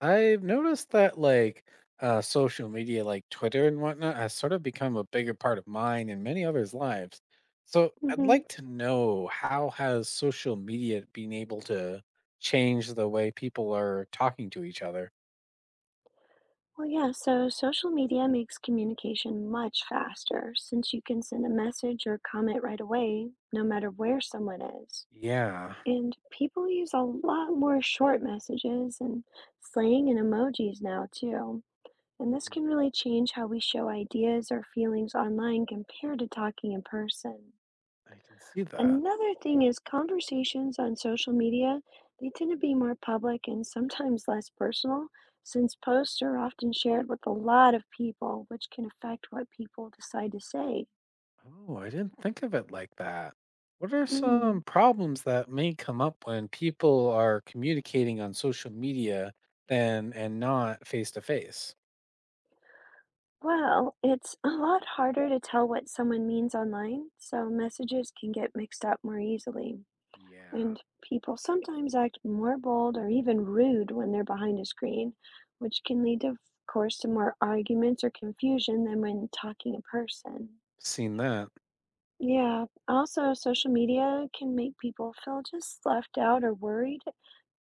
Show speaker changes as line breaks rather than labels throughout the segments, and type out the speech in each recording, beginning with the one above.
I've noticed that like social media, like Twitter and whatnot, has sort of become a bigger part of mine and many others' lives. So I'd
Mm-hmm.
like to know how has social media been able to change the way people are talking to each other?
Well, yeah, so social media makes communication much faster since you can send a message or comment right away, no matter where someone is.
Yeah,
And people use a lot more short messages and slang and emojis now, too. And this
mm,
can really change how we show ideas or feelings online compared to talking in person.
I can see that.
Another thing is conversations on social media, they tend to be more public and sometimes less personal, since posts are often shared with a lot of people, which can affect what people decide to say.
Oh, I didn't think of it like that. What are
Mm.
some problems that may come up when people are communicating on social media than and not face to face?
Well, it's a lot harder to tell what someone means online, so messages can get mixed up more easily.
Yeah.
And people sometimes act more bold or even rude when they're behind a screen, which can lead, of course, to more arguments or confusion than when talking in person.
Seen that.
Yeah, also, social media can make people feel just left out or worried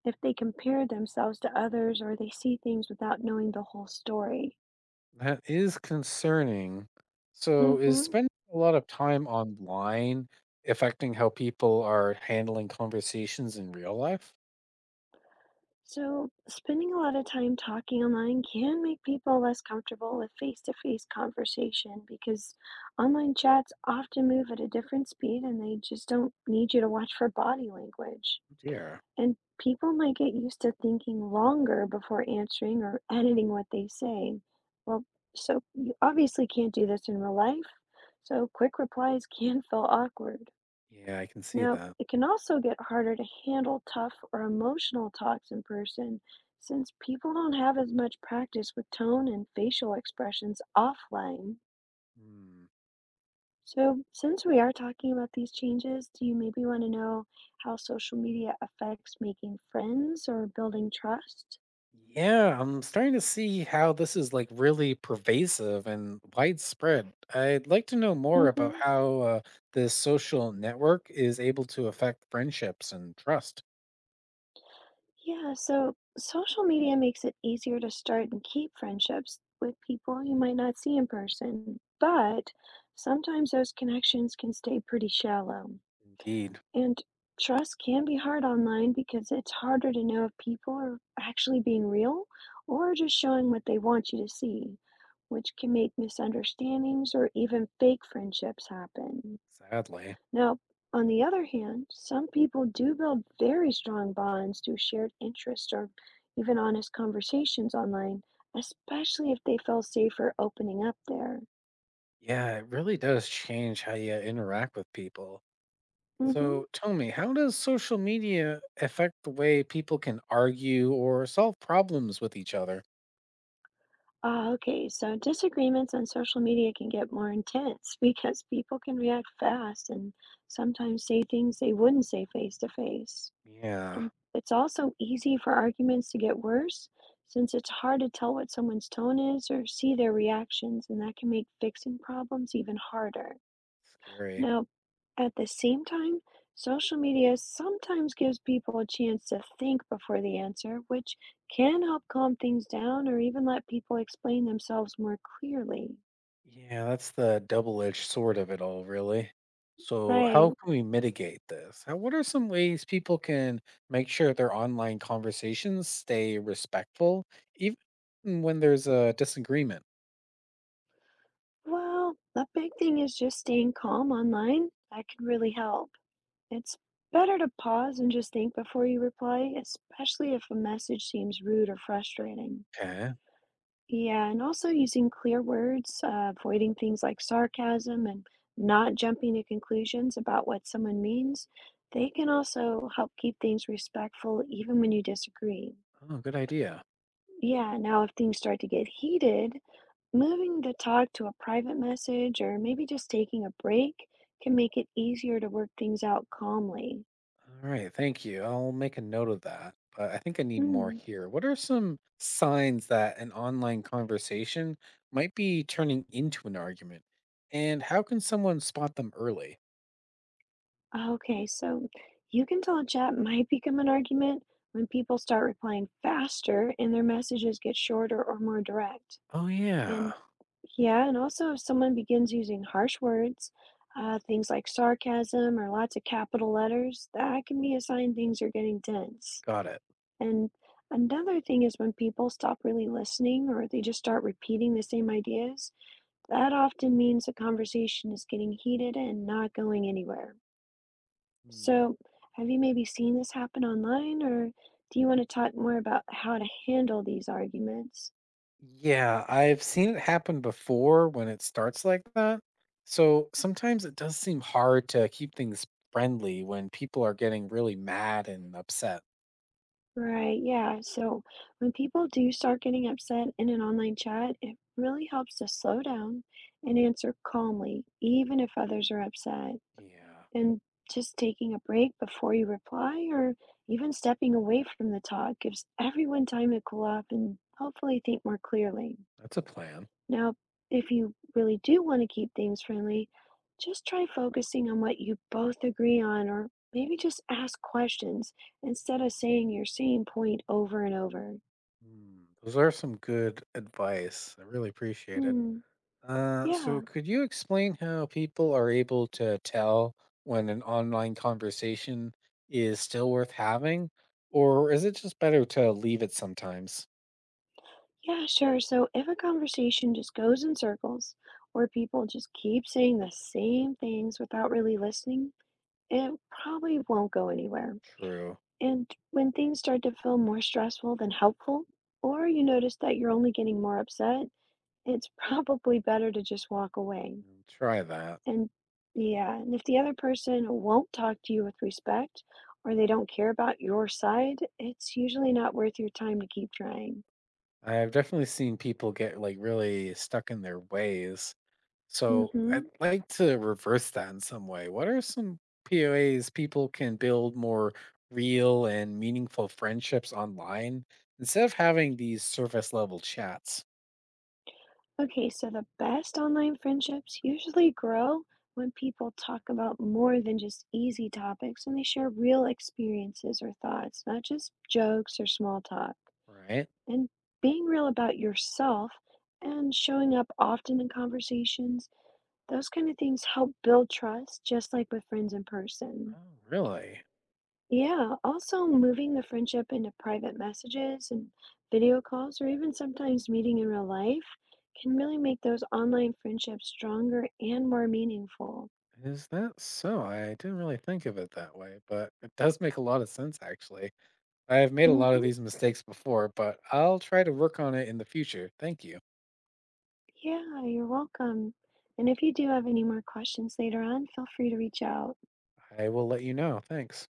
if they compare themselves to others or they see things without knowing the whole story.
That is concerning. So,
Mm
is
hmm.
spending a lot of time online affecting how people are handling conversations in real life?
So, spending a lot of time talking online can make people less comfortable with face to face conversation because online chats often move at a different speed and they just don't need you to watch for body language.
Oh dear.
And people might get used to thinking longer before answering or editing what they say. Well, so you obviously can't do this in real life, so quick replies can feel awkward.
Yeah, I can see
Now,
that.
it can also get harder to handle tough or emotional talks in person since people don't have as much practice with tone and facial expressions offline.
Hmm.
So, since we are talking about these changes, do you maybe want to know how social media affects making friends or building trust?
Yeah, I'm starting to see how this is like really pervasive and widespread. I'd like to know more about
Mm-hmm.
how this social network is able to affect friendships and trust.
Yeah, so social media makes it easier to start and keep friendships with people you might not see in person, but sometimes those connections can stay pretty shallow.
Indeed,
And trust can be hard online because it's harder to know if people are actually being real or just showing what they want you to see, which can make misunderstandings or even fake friendships happen.
sadly.
Now, on the other hand, some people do build very strong bonds through shared interests or even honest conversations online, especially if they feel safer opening up there.
Yeah, it really does change how you interact with people.
Hmm.
So tell me, how does social media affect the way people can argue or solve problems with each other?
Ah, okay. So disagreements on social media can get more intense because people can react fast and sometimes say things they wouldn't say face to face.
Yeah,
And it's also easy for arguments to get worse since it's hard to tell what someone's tone is or see their reactions, and that can make fixing problems even harder.
scary.
Now, at the same time, social media sometimes gives people a chance to think before the answer, which can help calm things down or even let people explain themselves more clearly.
Yeah, that's the double edged sword of it all, really. So, how
Right.
can we mitigate this? How, what are some ways people can make sure their online conversations stay respectful, even when there's a disagreement?
Well, the big thing is just staying calm online. That can really help. It's better to pause and just think before you reply, especially if a message seems rude or frustrating.
Okay.
Yeah, and also using clear words, avoiding things like sarcasm and not jumping to conclusions about what someone means. They can also help keep things respectful even when you disagree.
Oh, good idea.
Yeah, now if things start to get heated, moving the talk to a private message or maybe just taking a break can make it easier to work things out calmly.
All right, thank you. I'll make a note of that. But I think I need more
Mm.
here. What are some signs that an online conversation might be turning into an argument? And how can someone spot them early?
Okay, so you can tell a chat might become an argument when people start replying faster and their messages get shorter or more direct.
Oh,
And
yeah,
yeah, and also if someone begins using harsh words, things like sarcasm or lots of capital letters, that can be a sign things are getting tense.
got it.
And another thing is when people stop really listening or they just start repeating the same ideas, that often means the conversation is getting heated and not going anywhere.
Hmm.
So, have you maybe seen this happen online, or do you want to talk more about how to handle these arguments?
Yeah, I've seen it happen before when it starts like that. So sometimes it does seem hard to keep things friendly when people are getting really mad and upset.
Right, yeah. So, when people do start getting upset in an online chat, it really helps to slow down and answer calmly, even if others are upset.
Yeah,
And just taking a break before you reply, or even stepping away from the talk, gives everyone time to cool off and hopefully think more clearly.
that's a plan.
Now, if you really do want to keep things friendly, just try focusing on what you both agree on, or maybe just ask questions instead of saying your same point over and over.
Those are some good advice. I really appreciate it.
Hmm,
So,
yeah,
could you explain how people are able to tell when an online conversation is still worth having, or is it just better to leave it sometimes?
yeah, sure. So if a conversation just goes in circles, or people just keep saying the same things without really listening, it probably won't go anywhere.
True.
And when things start to feel more stressful than helpful, or you notice that you're only getting more upset, it's probably better to just walk away.
Try that.
And yeah, and if the other person won't talk to you with respect or they don't care about your side, it's usually not worth your time to keep trying.
I've definitely seen people get like really stuck in their ways. So
Mm-hmm.
I'd like to reverse that in some way. What are some POAs people can build more real and meaningful friendships online instead of having these surface level chats?
Okay, so the best online friendships usually grow when people talk about more than just easy topics and they share real experiences or thoughts, not just jokes or small talk.
Right?
And being real about yourself and showing up often in conversations, those kind of things help build trust, just like with friends in person.
Oh, really?
Yeah, also moving the friendship into private messages and video calls, or even sometimes meeting in real life, can really make those online friendships stronger and more meaningful.
Is that so? I didn't really think of it that way, but it does make a lot of sense actually. I have made a lot of these
Hmm.
mistakes before, but I'll try to work on it in the future. Thank you.
Yeah, you're welcome. And if you do have any more questions later on, feel free to reach out.
I will let you know. Thanks.